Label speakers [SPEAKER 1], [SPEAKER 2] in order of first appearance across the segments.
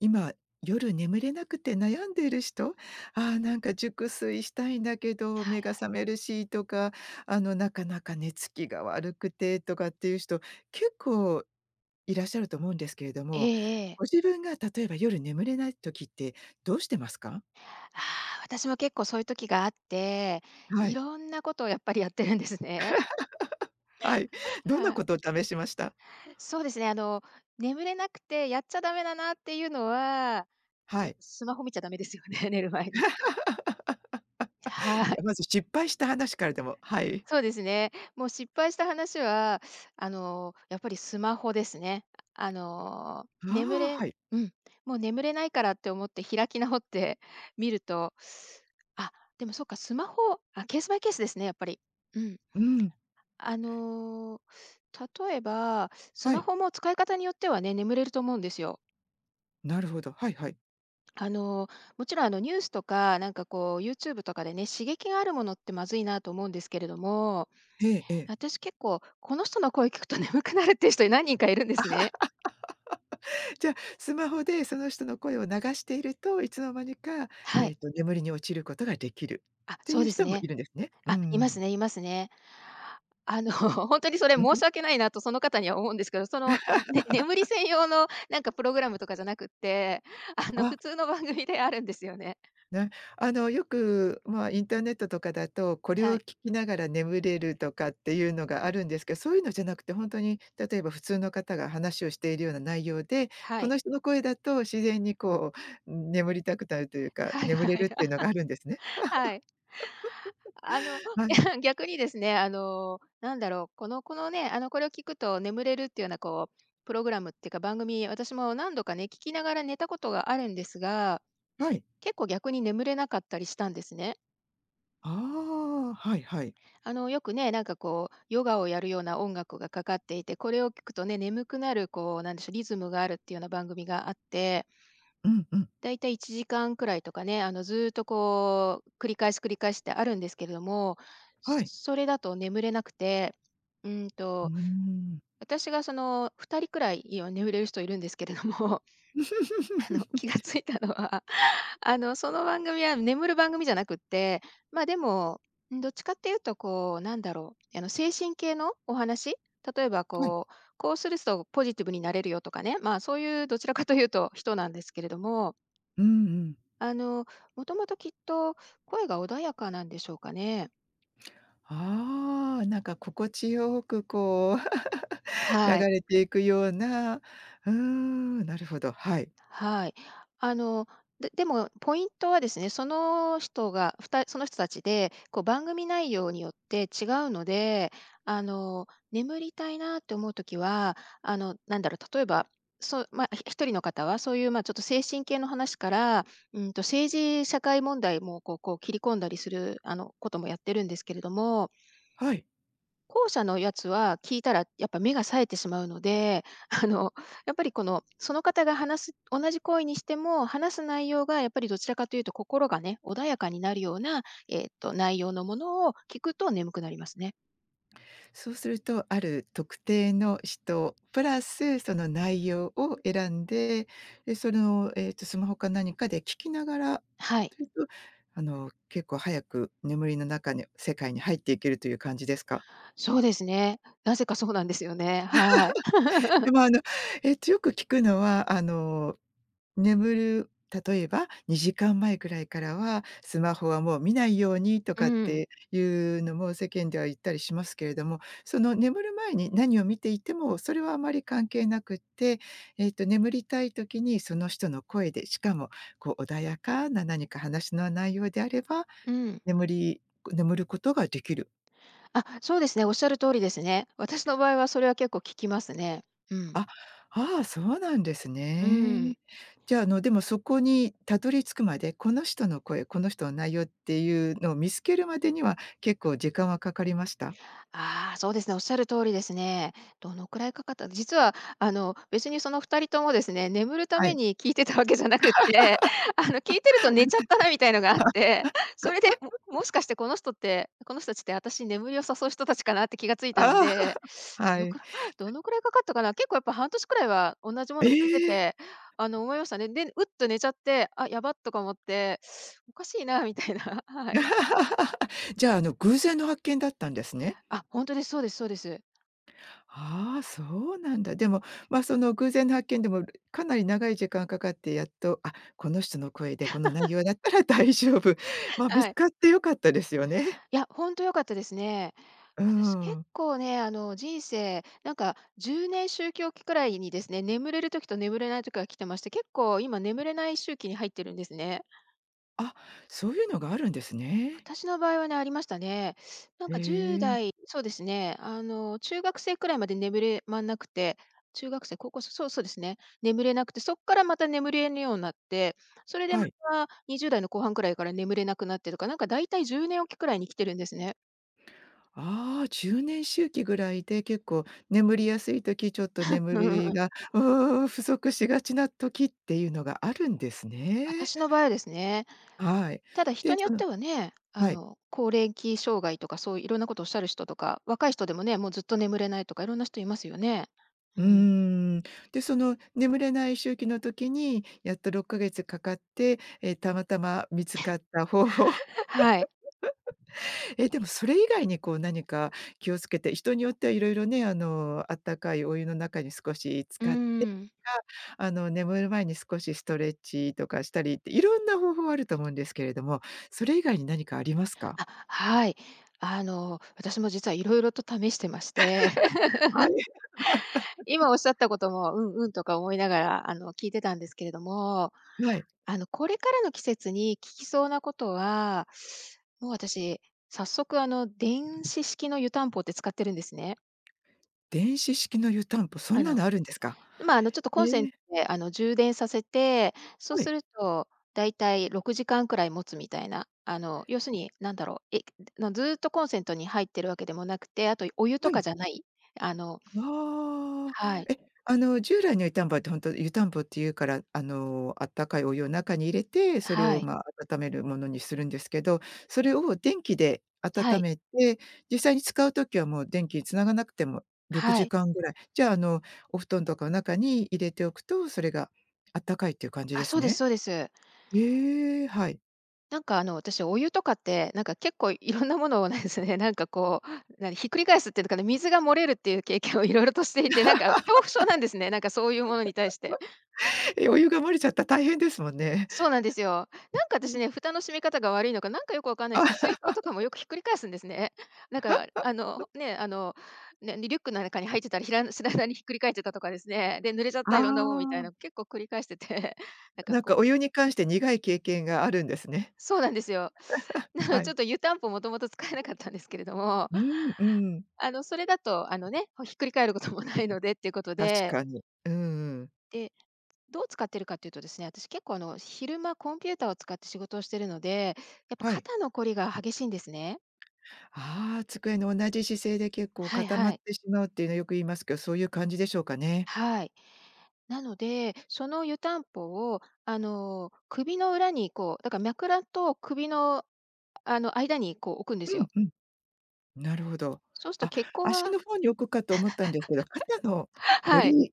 [SPEAKER 1] 今、夜眠れなくて悩んでいる人、ああ、なんか熟睡したいんだけど、
[SPEAKER 2] は
[SPEAKER 1] 目
[SPEAKER 2] い
[SPEAKER 1] が
[SPEAKER 2] はい。
[SPEAKER 1] 覚めるしとか、なかなか寝つきが悪くてとかっていう人、結構いらっしゃると思うんですけれど
[SPEAKER 2] え
[SPEAKER 1] も、
[SPEAKER 2] えええ。
[SPEAKER 1] ご自分が例えば夜眠れない時ってどうしてますか？
[SPEAKER 2] ああ、私も結構そういう時があって、
[SPEAKER 1] は
[SPEAKER 2] い
[SPEAKER 1] い、
[SPEAKER 2] ろんなことをやっぱりやってるんですね。
[SPEAKER 1] はい。どんな
[SPEAKER 2] はい。
[SPEAKER 1] ことを試しました？
[SPEAKER 2] そうですね、眠れなくてやっちゃダメだなっていうのは、
[SPEAKER 1] は
[SPEAKER 2] やっ
[SPEAKER 1] い。
[SPEAKER 2] ぱスマホ見ちゃダメですよね、寝る前に。
[SPEAKER 1] い
[SPEAKER 2] は
[SPEAKER 1] や、
[SPEAKER 2] い。
[SPEAKER 1] まず失敗した話からでもはい。
[SPEAKER 2] そうですね。もう失敗した話は、やっぱりスマホですね。あの、眠
[SPEAKER 1] ああ、は
[SPEAKER 2] れ
[SPEAKER 1] い。
[SPEAKER 2] うん、もう眠れないからって思って開き直って見ると、あ、でもそっか、スマホあ、ケースバイケースですね、やっぱり。うん。
[SPEAKER 1] うん、
[SPEAKER 2] あの、例えば、ス
[SPEAKER 1] は
[SPEAKER 2] マ
[SPEAKER 1] い。
[SPEAKER 2] ホも使い方によってはね、眠れると思うんですよ。
[SPEAKER 1] なるほど。はいはい。
[SPEAKER 2] あの、もちろんあのニュースとか、なんかこう YouTube とかでね、刺激があるものってまずいなと思うんですけれども、
[SPEAKER 1] ええええ。
[SPEAKER 2] 私結構、この人の声聞くと 眠くなるっていう人何人かいるんですね。
[SPEAKER 1] じゃあ、スマホでその人の声を流していると、いつの間にか、
[SPEAKER 2] はい。
[SPEAKER 1] 眠りに落ちることができる
[SPEAKER 2] あ、
[SPEAKER 1] って
[SPEAKER 2] そ
[SPEAKER 1] い
[SPEAKER 2] う
[SPEAKER 1] う
[SPEAKER 2] です
[SPEAKER 1] 人も
[SPEAKER 2] ね。
[SPEAKER 1] いるんですね。う
[SPEAKER 2] あ、
[SPEAKER 1] ん
[SPEAKER 2] い
[SPEAKER 1] う
[SPEAKER 2] ます
[SPEAKER 1] ん。
[SPEAKER 2] ねいますね。本当にそれ申し
[SPEAKER 1] ん。
[SPEAKER 2] 訳ないなとその方には思うんですけど、ね眠り専用のなんかプログラムとかじゃなくって、あの、
[SPEAKER 1] あ、
[SPEAKER 2] 普通の番組であるんですよね。
[SPEAKER 1] ね。よく、まあ、インターネットとかだと、これ
[SPEAKER 2] は
[SPEAKER 1] を
[SPEAKER 2] い。
[SPEAKER 1] 聞きながら眠れるとかっていうのがあるんですけど、そういうのじゃなくて、ほんとに例えば普通の方が話をしているような内容で、
[SPEAKER 2] は
[SPEAKER 1] こ
[SPEAKER 2] い。
[SPEAKER 1] の人の声だと自然にこう、眠りたくなるというか、
[SPEAKER 2] はい
[SPEAKER 1] 眠れ
[SPEAKER 2] は
[SPEAKER 1] る
[SPEAKER 2] い。
[SPEAKER 1] っていうのがあるんですね。
[SPEAKER 2] はい。あの、
[SPEAKER 1] はい、
[SPEAKER 2] いや、逆にですね、なんだろう、このね、あの、これを聞くと眠れるっていうような、こう、プログラムっていうか、番組、私も何度かね、聞きながら寝たことがあるんですが、
[SPEAKER 1] はい。
[SPEAKER 2] 結構逆に眠れなかったりしたんですね。
[SPEAKER 1] ああ、はいはい。
[SPEAKER 2] あの、よくね、なんかこう、ヨガをやるような音楽がかかっていて、これを聞くとね、眠くなる、こう、なんでしょう、リズムがあるっていうような番組があって、
[SPEAKER 1] うんうん。
[SPEAKER 2] だいたい1時間くらいとかね、あの、ずーっとこう、繰り返し繰り返しってあるんですけれども、
[SPEAKER 1] はい。
[SPEAKER 2] それだと眠れなくて、うん
[SPEAKER 1] う
[SPEAKER 2] と、
[SPEAKER 1] ーん。
[SPEAKER 2] 私がその2人くらい今眠れる人いるんですけれども、気が ついたのは、その番組は眠る番組じゃなくって、ま、でも、うん、どっちかっていうとこう、なんだろう、精神系のお話、例えば
[SPEAKER 1] はい。
[SPEAKER 2] こう、こうするとポジティブになれるよとかね、まあ、そういうどちらかというと人なんですけれども、
[SPEAKER 1] うんうん。
[SPEAKER 2] あの、もともときっと声が穏やかなんでしょうかね。
[SPEAKER 1] ああ、なんか心地よくこう 流
[SPEAKER 2] はい。
[SPEAKER 1] れていくような、うーん、なるほど、はい。
[SPEAKER 2] はい。あの、で、でもポイントはですね、その人が、ふたその人たちで、こう番組内容によって違うので、あの、眠りたいなって思うときは、なんだろう、例えば、そう、まあ、一人の方はそういう、まあ、ちょっと精神系の話から、うんと、政治社会問題もこう切り込んだりする、あの、こともやってるんですけれども、
[SPEAKER 1] はい。
[SPEAKER 2] 後者のやつは聞いたらやっぱ目が冴えてしまうので、あの、やっぱりこの、その方が話す同じ行為にしても、話す内容がやっぱりどちらかというと心がね、穏やかになるような、えっと、内容のものを聞くと眠くなりますね。
[SPEAKER 1] そうすると、ある特定の人プラスその内容を選んで、で、スマホか何かで聞きながら、
[SPEAKER 2] はい。
[SPEAKER 1] というと、結構早く眠りの中に世界に入っていけるという感じですか？
[SPEAKER 2] そうですね。なぜかそうなんですよね。はい。
[SPEAKER 1] でも、よく聞くのは、眠る例えば2時間前ぐらいからは、スマホはもう見ないようにと
[SPEAKER 2] う
[SPEAKER 1] かっ
[SPEAKER 2] ん。
[SPEAKER 1] ていうのも世間では言ったりしますけれども、その眠る前に何を見ていても、それはあまり関係なくって、眠りたい時にその人の声で、しかも、こう、穏やかな何か話の内容であれば、
[SPEAKER 2] うん。
[SPEAKER 1] 眠り眠ることができる。
[SPEAKER 2] あ、そうですね、おっしゃる通りですね。私の場合はそれは結構聞きますね。うん。
[SPEAKER 1] あ、ああ、そうなんです
[SPEAKER 2] うーん。
[SPEAKER 1] ね。じゃあ、でもそこにたどり着くまで、この人の声、この人の内容っていうのを見つけるまでには、結構時間はかかりました？
[SPEAKER 2] ああ、そうですね、おっしゃる通りですね。どのくらいかかった実はあの、別にその2人ともですね、眠るた
[SPEAKER 1] は
[SPEAKER 2] め
[SPEAKER 1] い。
[SPEAKER 2] に聞いてたわけじゃなくって、あの、聞いてると寝ちゃったなみたいのがあって、それで、もしかしてこの人って、この人たちって私に眠りを誘う人たちかなって気がついたん
[SPEAKER 1] ああ、
[SPEAKER 2] で、ど
[SPEAKER 1] は
[SPEAKER 2] の
[SPEAKER 1] い。
[SPEAKER 2] くらい どのくらいかかったかな、結構やっぱ半年くらいは同じも
[SPEAKER 1] え
[SPEAKER 2] の聞いて
[SPEAKER 1] え。
[SPEAKER 2] て、あの、思いましたね。で、うっと寝ちゃって、あ、やばっとか思って、おかしいなみたいな、はい。
[SPEAKER 1] じゃあ、偶然の発見だったんですね。
[SPEAKER 2] あ、本当です、そうですそうです。
[SPEAKER 1] ああ、そうなんだ。でも、ま、その偶然の発見でも、かなり長い時間かかってやっと、あ、この人の声でこの内容だったら大丈夫。ま、見
[SPEAKER 2] は
[SPEAKER 1] つ
[SPEAKER 2] い。
[SPEAKER 1] かって良かったですよね。
[SPEAKER 2] いや、ほんと良かったですね。
[SPEAKER 1] うー
[SPEAKER 2] 私、結
[SPEAKER 1] ん。
[SPEAKER 2] 構ね、人生、なんか10年周期おきくらいにですね、眠れる時と眠れない時が来てまして、結構今眠れない周期に入ってるんですね。
[SPEAKER 1] あ、そういうのがあるんですね。
[SPEAKER 2] 私の場合はね、ありましたね。なん
[SPEAKER 1] へ
[SPEAKER 2] か10
[SPEAKER 1] え、
[SPEAKER 2] 代そうですね、中学生くらいまで眠れまんなくて、中学生、高校生、そうそうですね、眠れなくて、そっからまた眠れるようになって、それで
[SPEAKER 1] は
[SPEAKER 2] ま
[SPEAKER 1] い。
[SPEAKER 2] た20代の後半くらいから眠れなくなってとか、なんか大体10年おきくらいに来てるんですね。
[SPEAKER 1] ああ、10年周期ぐらいで結構眠りやすい時、ちょっと眠りが、不足しがちな時っていうのがあるんですね。
[SPEAKER 2] 私の場合はですね、
[SPEAKER 1] はい。
[SPEAKER 2] ただ
[SPEAKER 1] で、
[SPEAKER 2] 人によっ
[SPEAKER 1] その
[SPEAKER 2] てはね、
[SPEAKER 1] はい。
[SPEAKER 2] 高齢期障害とか、そういういろんなことをおっしゃる人とか、若い人でもね、もうずっと眠れないとか、いろんな人いますよね。う
[SPEAKER 1] うー
[SPEAKER 2] ん。
[SPEAKER 1] ん。で、その眠れない周期の時に、やっと6ヶ月かかって、え、たまたま見つかった方法
[SPEAKER 2] はい。
[SPEAKER 1] え、でもそれ以外にこう何か気をつけて、人によってはいろいろね、あったかいお湯の中に少し浸
[SPEAKER 2] うー
[SPEAKER 1] かって、
[SPEAKER 2] ん。
[SPEAKER 1] か、あの、眠る前に少しストレッチとかしたりって、いろんな方法あると思うんですけれども、それ以外に何かありますか？
[SPEAKER 2] あ、はい。私も実はいろいろと試してまして、
[SPEAKER 1] はい。
[SPEAKER 2] 今おっしゃったことも、うんうんとか思いながら、聞いてたんですけれども、
[SPEAKER 1] はい。
[SPEAKER 2] あの、これからの季節に聞きそうなことは、もう私、早速、電子式の湯たんぽって使ってるんですね。
[SPEAKER 1] 電子式の湯たんぽ、そん
[SPEAKER 2] あ
[SPEAKER 1] な
[SPEAKER 2] の
[SPEAKER 1] のあるんですか？
[SPEAKER 2] まあ、あの、ちょっとコ
[SPEAKER 1] え
[SPEAKER 2] ンセン
[SPEAKER 1] え、
[SPEAKER 2] トで、充電させて、そう
[SPEAKER 1] は
[SPEAKER 2] す
[SPEAKER 1] い、
[SPEAKER 2] るとだいたい6時間くらい持つみたいな、あの、要するになんだろう、ずっとコンセントに入ってるわけでもなくて、あとお湯
[SPEAKER 1] は
[SPEAKER 2] とか
[SPEAKER 1] い。
[SPEAKER 2] じゃない、あの、
[SPEAKER 1] わあ。
[SPEAKER 2] はい、
[SPEAKER 1] え、従来の湯たんぽって本当湯たんぽっていうから、あったかいお湯を中に入れて、それ
[SPEAKER 2] は
[SPEAKER 1] を、
[SPEAKER 2] い、
[SPEAKER 1] ま、温めるものにするんですけど、それを電気で
[SPEAKER 2] は
[SPEAKER 1] 温
[SPEAKER 2] い、
[SPEAKER 1] めて、実際に使う時はもう電気繋がなくても6
[SPEAKER 2] はい。
[SPEAKER 1] 時間ぐらい、じゃあ、お布団とかの中に入れておくと、それがあったかいっていう感じで
[SPEAKER 2] あ、
[SPEAKER 1] す
[SPEAKER 2] そうです
[SPEAKER 1] ね。
[SPEAKER 2] そうです。
[SPEAKER 1] ええ、はい。
[SPEAKER 2] なんか、あの、私お湯とかって、なんか結構いろんなものをねですね、なんかこう、なに、ひっくり返すっていうのかな、水が漏れるっていう経験をいろいろとしていて、なんか 恐怖症なんですね、なんかそういうものに対して。
[SPEAKER 1] え、お湯が漏れちゃったら大変ですもんね。
[SPEAKER 2] そうなんですよ。なんか
[SPEAKER 1] う
[SPEAKER 2] 私
[SPEAKER 1] ん。
[SPEAKER 2] ね、蓋の閉め方が悪いのか、なんかよくわかんないです
[SPEAKER 1] あ、
[SPEAKER 2] けど、水筒とかもよくひっくり返すんですね。なんか、あの、ね、あの、ね、リュックの中に入ってたら、知らないに ひっくり返ってたとかですね。で、濡れちゃっ
[SPEAKER 1] あ
[SPEAKER 2] たいろんなもんみたい
[SPEAKER 1] あ、
[SPEAKER 2] な、結構繰り返してて、なんか
[SPEAKER 1] なんか
[SPEAKER 2] こ
[SPEAKER 1] お湯
[SPEAKER 2] う、
[SPEAKER 1] に関して苦い経験があるんですね。
[SPEAKER 2] そうなんですよ。なので
[SPEAKER 1] は
[SPEAKER 2] ち
[SPEAKER 1] い。
[SPEAKER 2] ょっと湯たんぽもともと使えなかったんですけれども、
[SPEAKER 1] うん、うん。
[SPEAKER 2] あの、それだと、あのね、ひっくり返ることもないのでっていうこと
[SPEAKER 1] 確
[SPEAKER 2] で、
[SPEAKER 1] かに。うんうん。
[SPEAKER 2] で、どう使ってるかっていうとですね、私結構あの、昼間コンピューターを使って仕事をしてるので、やっぱ
[SPEAKER 1] はい。
[SPEAKER 2] 肩のこりが激しいんですね。
[SPEAKER 1] ああ、机の同じ姿勢で結構
[SPEAKER 2] はい
[SPEAKER 1] 固ま
[SPEAKER 2] は
[SPEAKER 1] っ
[SPEAKER 2] い。
[SPEAKER 1] てしまうっていうのよく言いますけど、そういう感じでしょうかね。
[SPEAKER 2] はい。なので、その湯たんぽを、あの、首の裏にこう、だから枕と首の、あの、間にこう置くんで
[SPEAKER 1] う
[SPEAKER 2] す
[SPEAKER 1] ん
[SPEAKER 2] よ。
[SPEAKER 1] うん。なるほど。
[SPEAKER 2] そうすると
[SPEAKER 1] あ、
[SPEAKER 2] 血行
[SPEAKER 1] 足
[SPEAKER 2] が
[SPEAKER 1] の方に置くかと思ったんですけど、肩の こ
[SPEAKER 2] はい。
[SPEAKER 1] り、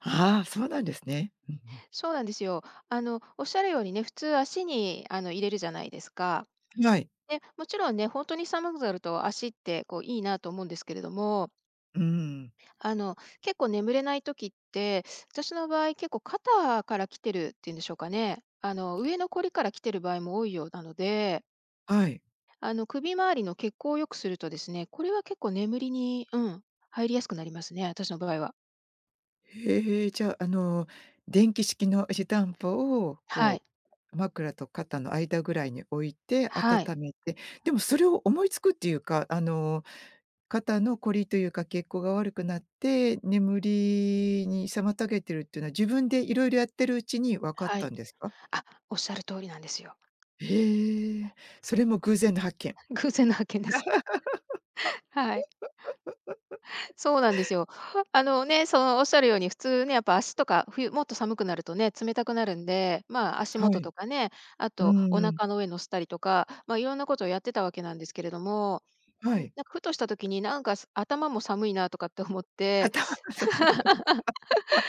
[SPEAKER 1] ああ、そうなんですね。うん
[SPEAKER 2] そうなんですよ。あの、おっしゃるようにね、普通足にあの入れるじゃないですか。
[SPEAKER 1] うん。はい。
[SPEAKER 2] で、もちろんね、本当に寒くなると足ってこういいなと思うんですけれども、
[SPEAKER 1] うん。
[SPEAKER 2] あの、結構眠れない時って、私の場合結構肩から来てるっていうんでしょうかね。上のこりから来てる場合も多いようなので、
[SPEAKER 1] はい。
[SPEAKER 2] 首周りの血行を良くするとですね、これは結構眠りに、うん、入りやすくなりますね、私の場合は。
[SPEAKER 1] へえ、じゃあ、電気式の湯たんぽを
[SPEAKER 2] は
[SPEAKER 1] こ
[SPEAKER 2] い。
[SPEAKER 1] う、枕と肩の間ぐらいに置いて
[SPEAKER 2] はい。
[SPEAKER 1] 温めて、でもそれを思いつくっていうか、肩のこりというか、血行が悪くなって、眠りに妨げてるっていうのは、自分でいろいろやってるうちに分かっ
[SPEAKER 2] は
[SPEAKER 1] た
[SPEAKER 2] い。
[SPEAKER 1] んですか？
[SPEAKER 2] あ、おっしゃる通りなんですよ。
[SPEAKER 1] へえ、それも偶然の発見。
[SPEAKER 2] 偶然の発見です。はい。そうなんですよ。あのね、そのおっしゃるように、普通ね、やっぱ足とか、冬もっと寒くなるとね、冷たくなるんで、足
[SPEAKER 1] は
[SPEAKER 2] 元
[SPEAKER 1] い。
[SPEAKER 2] とかね、あ
[SPEAKER 1] う
[SPEAKER 2] と
[SPEAKER 1] ん
[SPEAKER 2] お
[SPEAKER 1] うん。
[SPEAKER 2] 腹の上乗せたりとか、まあ、いろんなことをやってたわけなんですけれども、
[SPEAKER 1] は
[SPEAKER 2] なん
[SPEAKER 1] い。
[SPEAKER 2] かふとした時に、なんか、頭も寒いなとかって思って、
[SPEAKER 1] 頭がさ。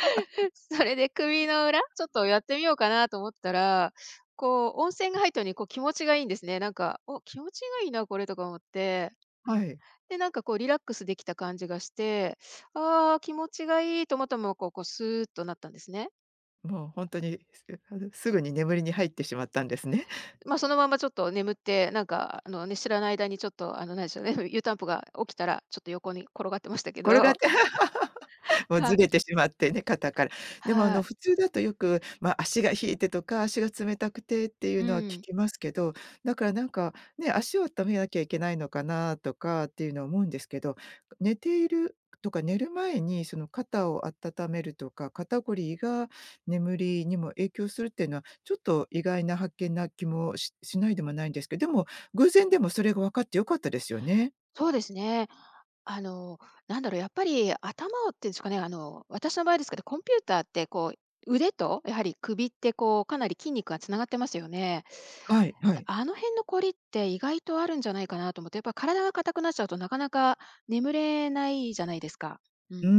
[SPEAKER 2] それで首の裏、ちょっとやってみようかなと思ったら、こう温泉が入ったのに、こう気持ちがいいんですね。なんか、気持ちがいいな、これとか思って。
[SPEAKER 1] はい。
[SPEAKER 2] で、なんかこうリラックスできた感じがして、ああ、気持ちがいいと思ったまま、こうスーッとなったんですね。
[SPEAKER 1] もうほんとに、すあの、すぐに眠りに入ってしまったんですね。
[SPEAKER 2] まあ、そのままちょっと眠って、なんかあのね、知らない間にちょっとあの、なんでしょうね、湯たんぽが起きたら、ちょっと横に転がってましたけ
[SPEAKER 1] 転がっ
[SPEAKER 2] ど。
[SPEAKER 1] て、 もう
[SPEAKER 2] は
[SPEAKER 1] ず
[SPEAKER 2] い。
[SPEAKER 1] れてしまってね、肩から。でも
[SPEAKER 2] はい。
[SPEAKER 1] 普通だとよく、まあ、足が冷えてとか、足が冷たくてっていう
[SPEAKER 2] う
[SPEAKER 1] のは聞
[SPEAKER 2] ん。
[SPEAKER 1] きますけど、だからなんか、ね、足を温めなきゃいけないのかなとかっていうのは思うんですけど、寝ているとか寝る前にその肩を温めるとか、肩こりが眠りにも影響するっていうのは、ちょっと意外な発見な気もししないでもないんですけど、でも、偶然でもそれが分かって良かったですよね。
[SPEAKER 2] そうですね。あの、なんだろう、やっぱり頭をっていうんですかね、私の場合ですけど、コンピューターってこう、腕とやはり首ってこう、かなり筋肉がつながってますよね。
[SPEAKER 1] はいはい。
[SPEAKER 2] あの辺のこりって意外とあるんじゃないかなと思って、やっぱ体が硬くなっちゃうとなかなか眠れないじゃないですか。う
[SPEAKER 1] うー
[SPEAKER 2] ん。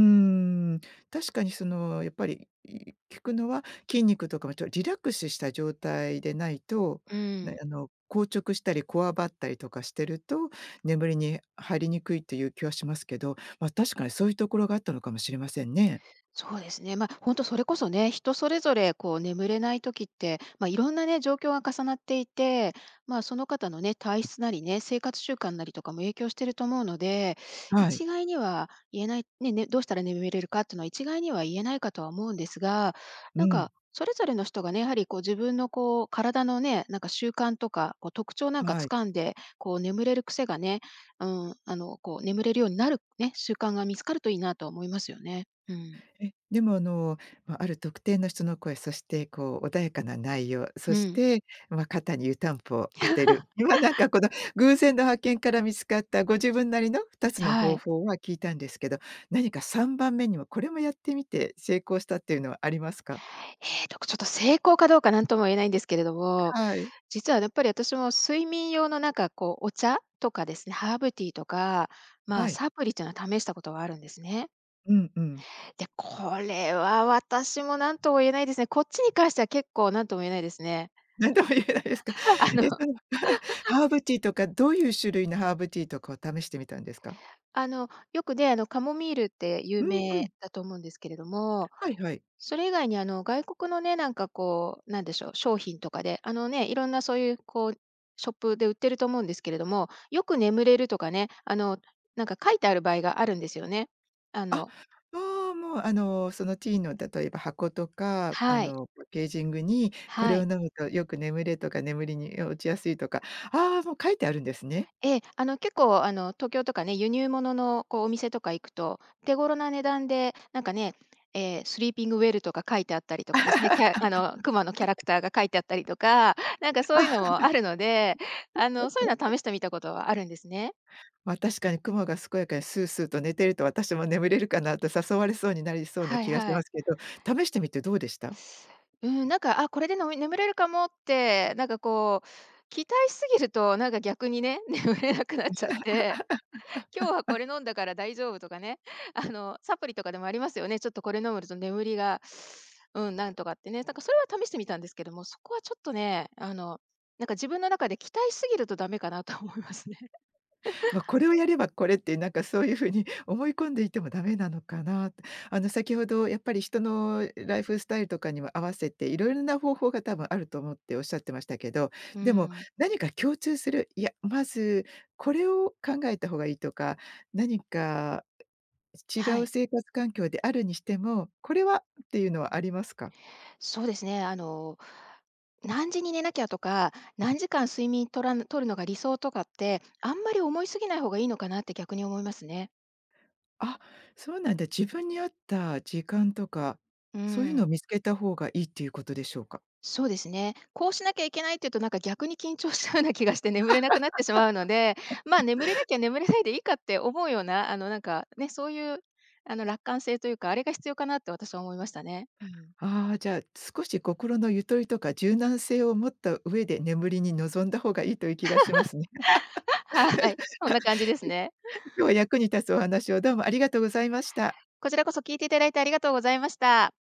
[SPEAKER 1] ん、確かにその、やっぱり、聞くのは、筋肉とかもリラックスした状態でないと、
[SPEAKER 2] う
[SPEAKER 1] な
[SPEAKER 2] ん。
[SPEAKER 1] あの、硬直したりこわばったりとかしてると、眠りに入りにくいという気はしますけど、まあ、確かにそういうところがあったのかもしれませんね。
[SPEAKER 2] そうですね。本当それこそね、人それぞれこう眠れない時って、まあ、いろんなね、状況が重なっていて、まあ、その方のね、体質なりね、生活習慣なりとかも影響してると思うので、
[SPEAKER 1] はい。
[SPEAKER 2] 一概には言えない、ねね、どうしたら眠れるかっていうのは一概には言えないかとは思うんですが、
[SPEAKER 1] う
[SPEAKER 2] なん
[SPEAKER 1] ん、
[SPEAKER 2] かそれぞれの人がね、やはりこう自分のこう体のね、なんか習慣とか、こう特徴なんか
[SPEAKER 1] はい。
[SPEAKER 2] 掴んで、こう眠れる癖がね、うん、こう眠れるようになるね、習慣が見つかるといいなと思いますよね。うん。
[SPEAKER 1] え、でもま、ある特定の人の声、そしてこう穏やかな内容、そ
[SPEAKER 2] う
[SPEAKER 1] し
[SPEAKER 2] ん、
[SPEAKER 1] て、ま、肩に湯たんぽを当てる。今なんかこの偶然の発見から見つかったご自分なりの2つの
[SPEAKER 2] は
[SPEAKER 1] 方
[SPEAKER 2] い。
[SPEAKER 1] 法は聞いたんですけど、何か3番目にはこれもやってみて成功したっていうのはありますか？
[SPEAKER 2] えっと、ちょっと成功かどうかなんとも言えないんですけれども、
[SPEAKER 1] はい。
[SPEAKER 2] 実はやっぱり私も睡眠用のなんかこう、お茶とかですね、ハーブティーとか、まあ、
[SPEAKER 1] はい。
[SPEAKER 2] サプリっていうのは試したことはあるんですね。
[SPEAKER 1] うんうん。
[SPEAKER 2] で、これは私もなんとも言えないですね。こっちに関しては結構なんとも言えないですね。
[SPEAKER 1] 何とも言えないですか。
[SPEAKER 2] あ の
[SPEAKER 1] え、その ハーブティーとか、どういう種類のハーブティーとかを試してみたんですか？
[SPEAKER 2] あの、よくね、カモミールって
[SPEAKER 1] う
[SPEAKER 2] 有
[SPEAKER 1] んう
[SPEAKER 2] 名
[SPEAKER 1] ん。
[SPEAKER 2] だと思うんですけれども、
[SPEAKER 1] はいはい。
[SPEAKER 2] それ以外に外国のね、なんかこう、なんでしょう、商品とかで、あのね、いろんなそういうこう、ショップで売ってると思うんですけれども、よく眠れるとかね、なんか書いてある場合があるんですよね。あ
[SPEAKER 1] あ、
[SPEAKER 2] の
[SPEAKER 1] ああ、もう、そのティーの例えば箱とか、
[SPEAKER 2] はい、
[SPEAKER 1] パッケージングにこ
[SPEAKER 2] は
[SPEAKER 1] れを
[SPEAKER 2] い。
[SPEAKER 1] 飲むとよく眠れとか眠りに落ちやすいとか、ああ、もう書いてあるんですね。
[SPEAKER 2] ええ、結構あの、東京とかね、輸入物のこう、お店とか行くと、手頃な値段で、なんかね、スリーピングウェルとか書いてあったりとかですね、あの、熊のキャラクターが書いてあったりとか、なんかそういう
[SPEAKER 1] あ、
[SPEAKER 2] の もあるので、そういうのは試してみたことはあるんですね。
[SPEAKER 1] まあ、確かに雲が健やかにスースーと寝てると私も眠れるかなと誘われそうになりそうな
[SPEAKER 2] はい
[SPEAKER 1] 気がし
[SPEAKER 2] は
[SPEAKER 1] ま
[SPEAKER 2] い。
[SPEAKER 1] すけど、試してみてどうでした？
[SPEAKER 2] うん、なんか、あ、これでの眠れるかもって、なんかこう、期待しすぎると、なんか逆にね、眠れなくなっちゃって、今日はこれ飲んだから大丈夫とかね、サプリとかでもありますよね。ちょっとこれ飲むと眠りが、うん、なんとかってね。なんかそれは試してみたんですけども、そこはちょっとね、なんか自分の中で期待しすぎるとダメかなと思いますね。
[SPEAKER 1] まあ、これをやればこれってなんかそういう風に 思い込んでいてもダメなのかなって。先ほどやっぱり人のライフスタイルとかにも合わせていろいろな方法が多分あると思っておっしゃってましたけど、
[SPEAKER 2] う
[SPEAKER 1] でも
[SPEAKER 2] ん。
[SPEAKER 1] 何か共通する、いや、まずこれを考えた方がいいとか、何か違
[SPEAKER 2] は
[SPEAKER 1] う
[SPEAKER 2] い。
[SPEAKER 1] 生活環境であるにしても、これはっていうのはありますか？
[SPEAKER 2] そうですね。何時に寝なきゃとか、何時間睡眠とらん取るのが理想とかって、あんまり思いすぎない方がいいのかなって逆に思いますね。
[SPEAKER 1] あ、そうなんだ。自分に合った時間とか、
[SPEAKER 2] う
[SPEAKER 1] そういうのを
[SPEAKER 2] ん。
[SPEAKER 1] 見つけた方がいいっていうことでしょうか？
[SPEAKER 2] そうですね。こうしなきゃいけないっていうと、なんか逆に緊張しちゃうような気がして眠れなくなってしまうので、まあ、眠れなきゃ眠れないでいいかって思うような、なんかね、そういう、あの、楽観性というか、あれが必要かなって私は思いましたね。うん。
[SPEAKER 1] ああ、じゃあ、少し心のゆとりとか柔軟性を持った上で眠りに臨んだ方がいいという気がしますね。
[SPEAKER 2] はい。そんな感じで す
[SPEAKER 1] 今
[SPEAKER 2] ね。
[SPEAKER 1] 日は役に立つお話をどうもありがとうございました。
[SPEAKER 2] こちらこそ聞いていただいてありがとうございました。